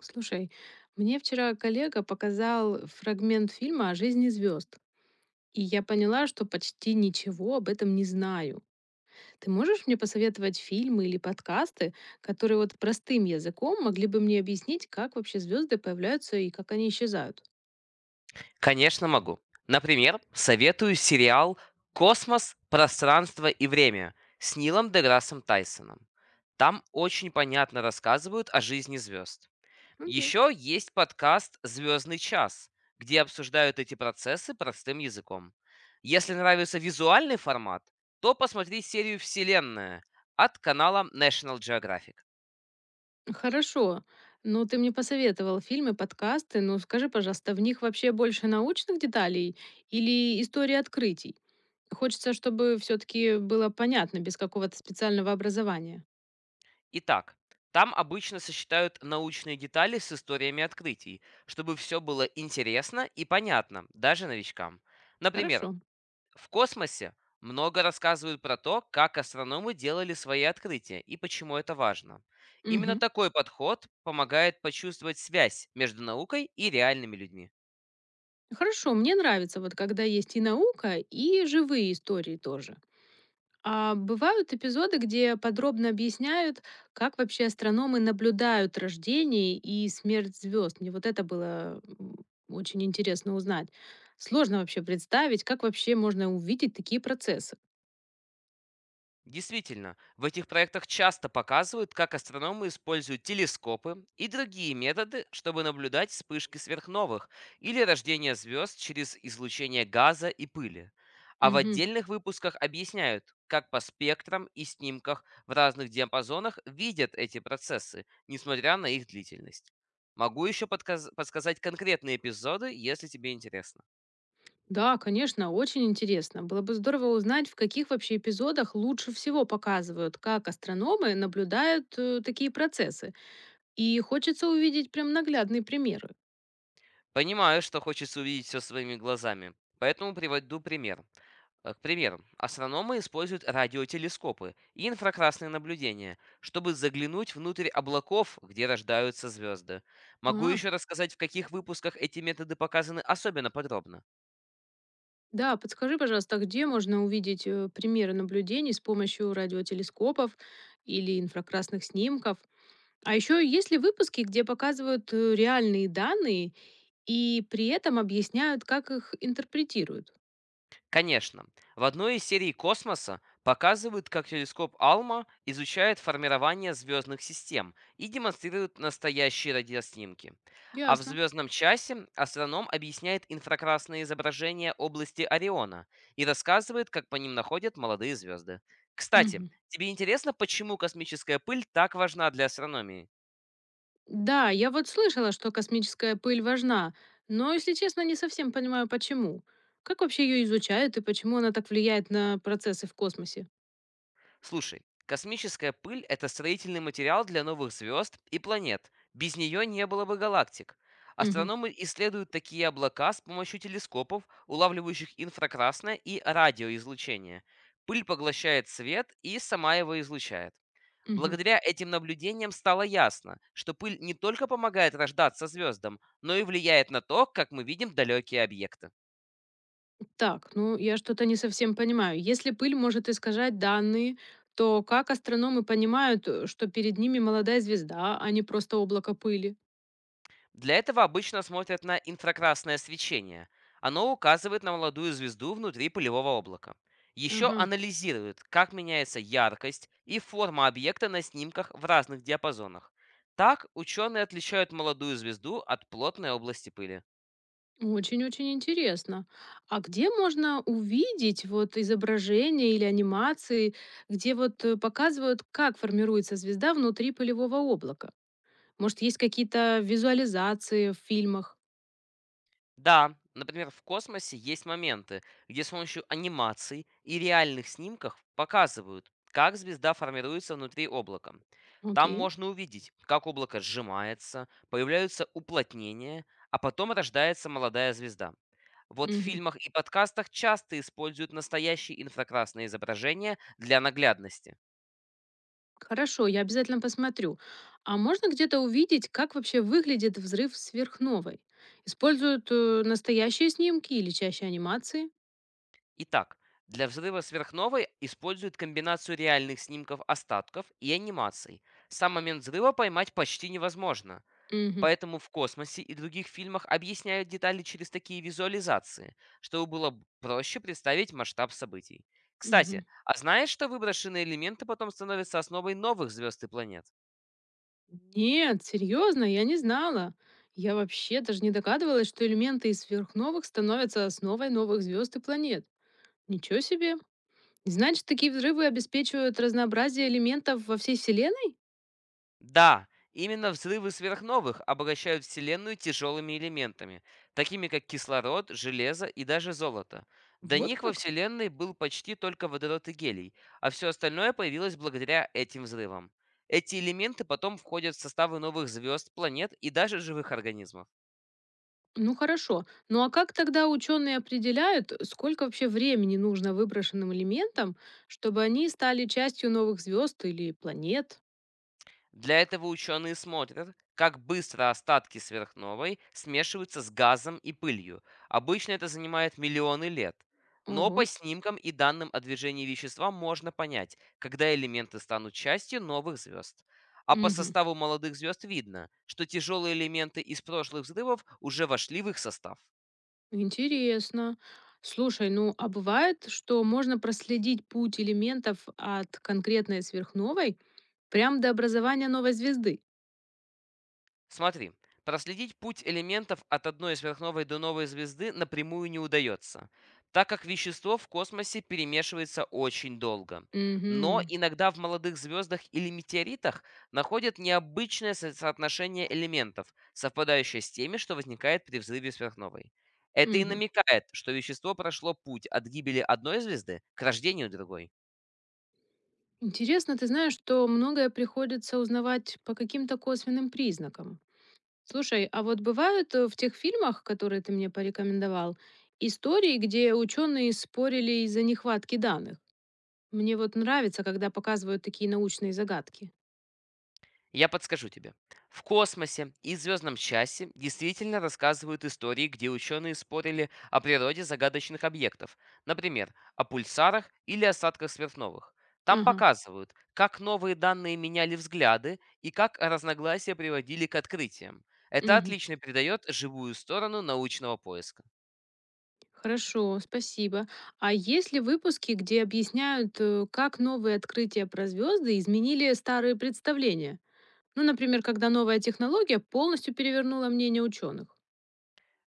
Слушай, мне вчера коллега показал фрагмент фильма о жизни звезд, и я поняла, что почти ничего об этом не знаю. Ты можешь мне посоветовать фильмы или подкасты, которые вот простым языком могли бы мне объяснить, как вообще звезды появляются и как они исчезают? Конечно, могу. Например, советую сериал «Космос, пространство и время» с Нилом Деграссом Тайсоном. Там очень понятно рассказывают о жизни звезд. Окей. Еще есть подкаст «Звездный час», где обсуждают эти процессы простым языком. Если нравится визуальный формат, то посмотри серию «Вселенная» от канала National Geographic. Хорошо. Ну, ты мне посоветовал фильмы, подкасты. Ну, скажи, пожалуйста, в них вообще больше научных деталей или истории открытий? Хочется, чтобы все-таки было понятно, без какого-то специального образования. Итак, там обычно сочетают научные детали с историями открытий, чтобы все было интересно и понятно, даже новичкам. Например, Хорошо. в космосе много рассказывают про то, как астрономы делали свои открытия и почему это важно. Именно Мгм. такой подход помогает почувствовать связь между наукой и реальными людьми. Хорошо, мне нравится, вот когда есть и наука, и живые истории тоже. А бывают эпизоды, где подробно объясняют, как вообще астрономы наблюдают рождение и смерть звезд. Мне вот это было, очень интересно узнать. Сложно вообще представить, как вообще можно увидеть такие процессы. Действительно, в этих проектах часто показывают, как астрономы используют телескопы и другие методы, чтобы наблюдать вспышки сверхновых или рождение звезд через излучение газа и пыли. А в Мгм. отдельных выпусках объясняют, как по спектрам и снимках в разных диапазонах видят эти процессы, несмотря на их длительность. Могу еще подсказать конкретные эпизоды, если тебе интересно. Да, конечно, очень интересно. Было бы здорово узнать, в каких вообще эпизодах лучше всего показывают, как астрономы наблюдают такие процессы. И хочется увидеть прям наглядные примеры. Понимаю, что хочется увидеть все своими глазами, поэтому приведу пример. К примеру, астрономы используют радиотелескопы и инфракрасные наблюдения, чтобы заглянуть внутрь облаков, где рождаются звезды. Могу А, еще рассказать, в каких выпусках эти методы показаны особенно подробно. да, подскажи, пожалуйста, а где можно увидеть примеры наблюдений с помощью радиотелескопов или инфракрасных снимков? А еще есть ли выпуски, где показывают реальные данные и при этом объясняют, как их интерпретируют? Конечно, в одной из серий космоса показывают, как телескоп Алма изучает формирование звездных систем и демонстрирует настоящие радиоснимки. А в Ясно. звездном часе астроном объясняет инфракрасные изображения области Ориона и рассказывает, как по ним находят молодые звезды. Кстати, Мгм. тебе интересно, почему космическая пыль так важна для астрономии? Да, я вот слышала, что космическая пыль важна, но, если честно, не совсем понимаю, почему. Как вообще ее изучают и почему она так влияет на процессы в космосе? Слушай, космическая пыль– это строительный материал для новых звезд и планет. Без нее не было бы галактик. Мгм. Астрономы исследуют такие облака с помощью телескопов, улавливающих инфракрасное и радиоизлучение. Пыль поглощает свет и сама его излучает. Мгм. Благодаря этим наблюдениям стало ясно, что пыль не только помогает рождаться звездам, но и влияет на то, как мы видим далекие объекты. Так, ну я что-то не совсем понимаю. Если пыль может искажать данные, то как астрономы понимают, что перед ними молодая звезда, а не просто облако пыли? Для этого обычно смотрят на инфракрасное свечение. Оно указывает на молодую звезду внутри пылевого облака. Еще Ага. анализируют, как меняется яркость и форма объекта на снимках в разных диапазонах. Так ученые отличают молодую звезду от плотной области пыли. Очень-очень интересно. А где можно увидеть вот изображения или анимации, где вот показывают, как формируется звезда внутри пылевого облака? Может, есть какие-то визуализации в фильмах? Да, например, в космосе есть моменты, где с помощью анимаций и реальных снимков показывают, как звезда формируется внутри облака. Там Окей. можно увидеть, как облако сжимается, появляются уплотнения, а потом рождается молодая звезда. Вот в Мгм. фильмах и подкастах часто используют настоящие инфракрасные изображения для наглядности. Хорошо, я обязательно посмотрю. А можно где-то увидеть, как вообще выглядит взрыв сверхновой? Используют настоящие снимки или чаще анимации? Итак, для взрыва сверхновой используют комбинацию реальных снимков остатков и анимаций. Сам момент взрыва поймать почти невозможно. Мгм, Поэтому в «Космосе» и других фильмах объясняют детали через такие визуализации, чтобы было проще представить масштаб событий. мгм. Кстати, а знаешь, что выброшенные элементы потом становятся основой новых звезд и планет? Нет, серьезно, я не знала. Я вообще даже не догадывалась, что элементы из сверхновых становятся основой новых звезд и планет. Ничего себе. Значит, такие взрывы обеспечивают разнообразие элементов во всей Вселенной? Да, именно взрывы сверхновых обращают Вселенную тяжелыми элементами, такими как кислород, железо и даже золото. До Вот них во как. Вселенной был почти только водород и гелий, а все остальное появилось благодаря этим взрывам. Эти элементы потом входят в составы новых звезд, планет и даже живых организмов. Ну хорошо. Ну а как тогда ученые определяют, сколько вообще времени нужно выброшенным элементам, чтобы они стали частью новых звезд или планет? Для этого ученые смотрят, как быстро остатки сверхновой смешиваются с газом и пылью. Обычно это занимает миллионы лет. Но по Ого. снимкам и данным о движении вещества можно понять, когда элементы станут частью новых звезд. А по Мгм. составу молодых звезд видно, что тяжелые элементы из прошлых взрывов уже вошли в их состав. Интересно. Слушай, ну а бывает, что можно проследить путь элементов от конкретной сверхновой прям до образования новой звезды? Смотри, проследить путь элементов от одной сверхновой до новой звезды напрямую не удается, так как вещество в космосе перемешивается очень долго. Но Угу. иногда в молодых звездах или метеоритах находят необычное соотношение элементов, совпадающее с теми, что возникает при взрыве сверхновой. Это и Угу. намекает, что вещество прошло путь от гибели одной звезды к рождению другой. Интересно, ты знаешь, что многое приходится узнавать по каким-то косвенным признакам. Слушай, а вот бывают в тех фильмах, которые ты мне порекомендовал, истории, где ученые спорили из-за нехватки данных. Мне вот нравится, когда показывают такие научные загадки. Я подскажу тебе. В космосе и звездном часе действительно рассказывают истории, где ученые спорили о природе загадочных объектов, например, о пульсарах или осадках сверхновых. Там Ага. показывают, как новые данные меняли взгляды и как разногласия приводили к открытиям. Это Мгм. отлично придает живую сторону научного поиска. Хорошо, спасибо. А есть ли выпуски, где объясняют, как новые открытия про звезды изменили старые представления? Ну, например, когда новая технология полностью перевернула мнение ученых.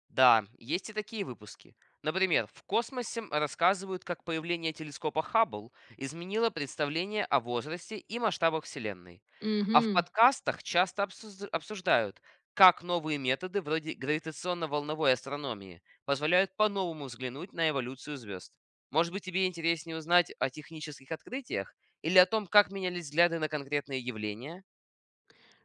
Да, есть и такие выпуски. Например, в космосе рассказывают, как появление телескопа Хаббл изменило представление о возрасте и масштабах Вселенной. А в Угу. подкастах часто обсуждают, как новые методы вроде гравитационно-волновой астрономии позволяют по-новому взглянуть на эволюцию звезд. Может быть, тебе интереснее узнать о технических открытиях или о том, как менялись взгляды на конкретные явления?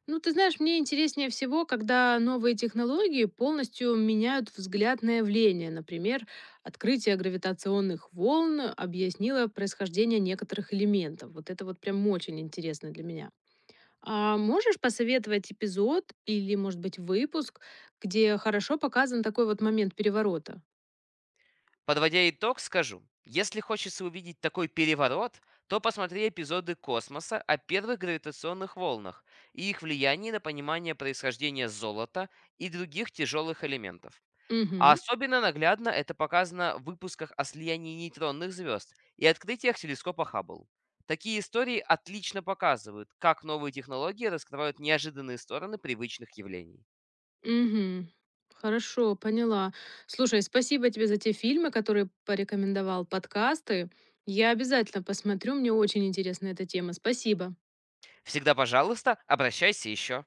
Ну, ты знаешь, мне интереснее всего, когда новые технологии полностью меняют взгляд на явление. Например, открытие гравитационных волн объяснило происхождение некоторых элементов. Вот это вот прям очень интересно для меня. А можешь посоветовать эпизод или, может быть, выпуск, где хорошо показан такой вот момент переворота? Подводя итог, скажу, если хочется увидеть такой переворот, то посмотри эпизоды космоса о первых гравитационных волнах и их влиянии на понимание происхождения золота и других тяжелых элементов. А Угу. особенно наглядно это показано в выпусках о слиянии нейтронных звезд и открытиях телескопа Хаббл. Такие истории отлично показывают, как новые технологии раскрывают неожиданные стороны привычных явлений. Мгм. Хорошо, поняла. Слушай, спасибо тебе за те фильмы, которые порекомендовал, подкасты. Я обязательно посмотрю, мне очень интересна эта тема. Спасибо. Всегда, пожалуйста, обращайся еще.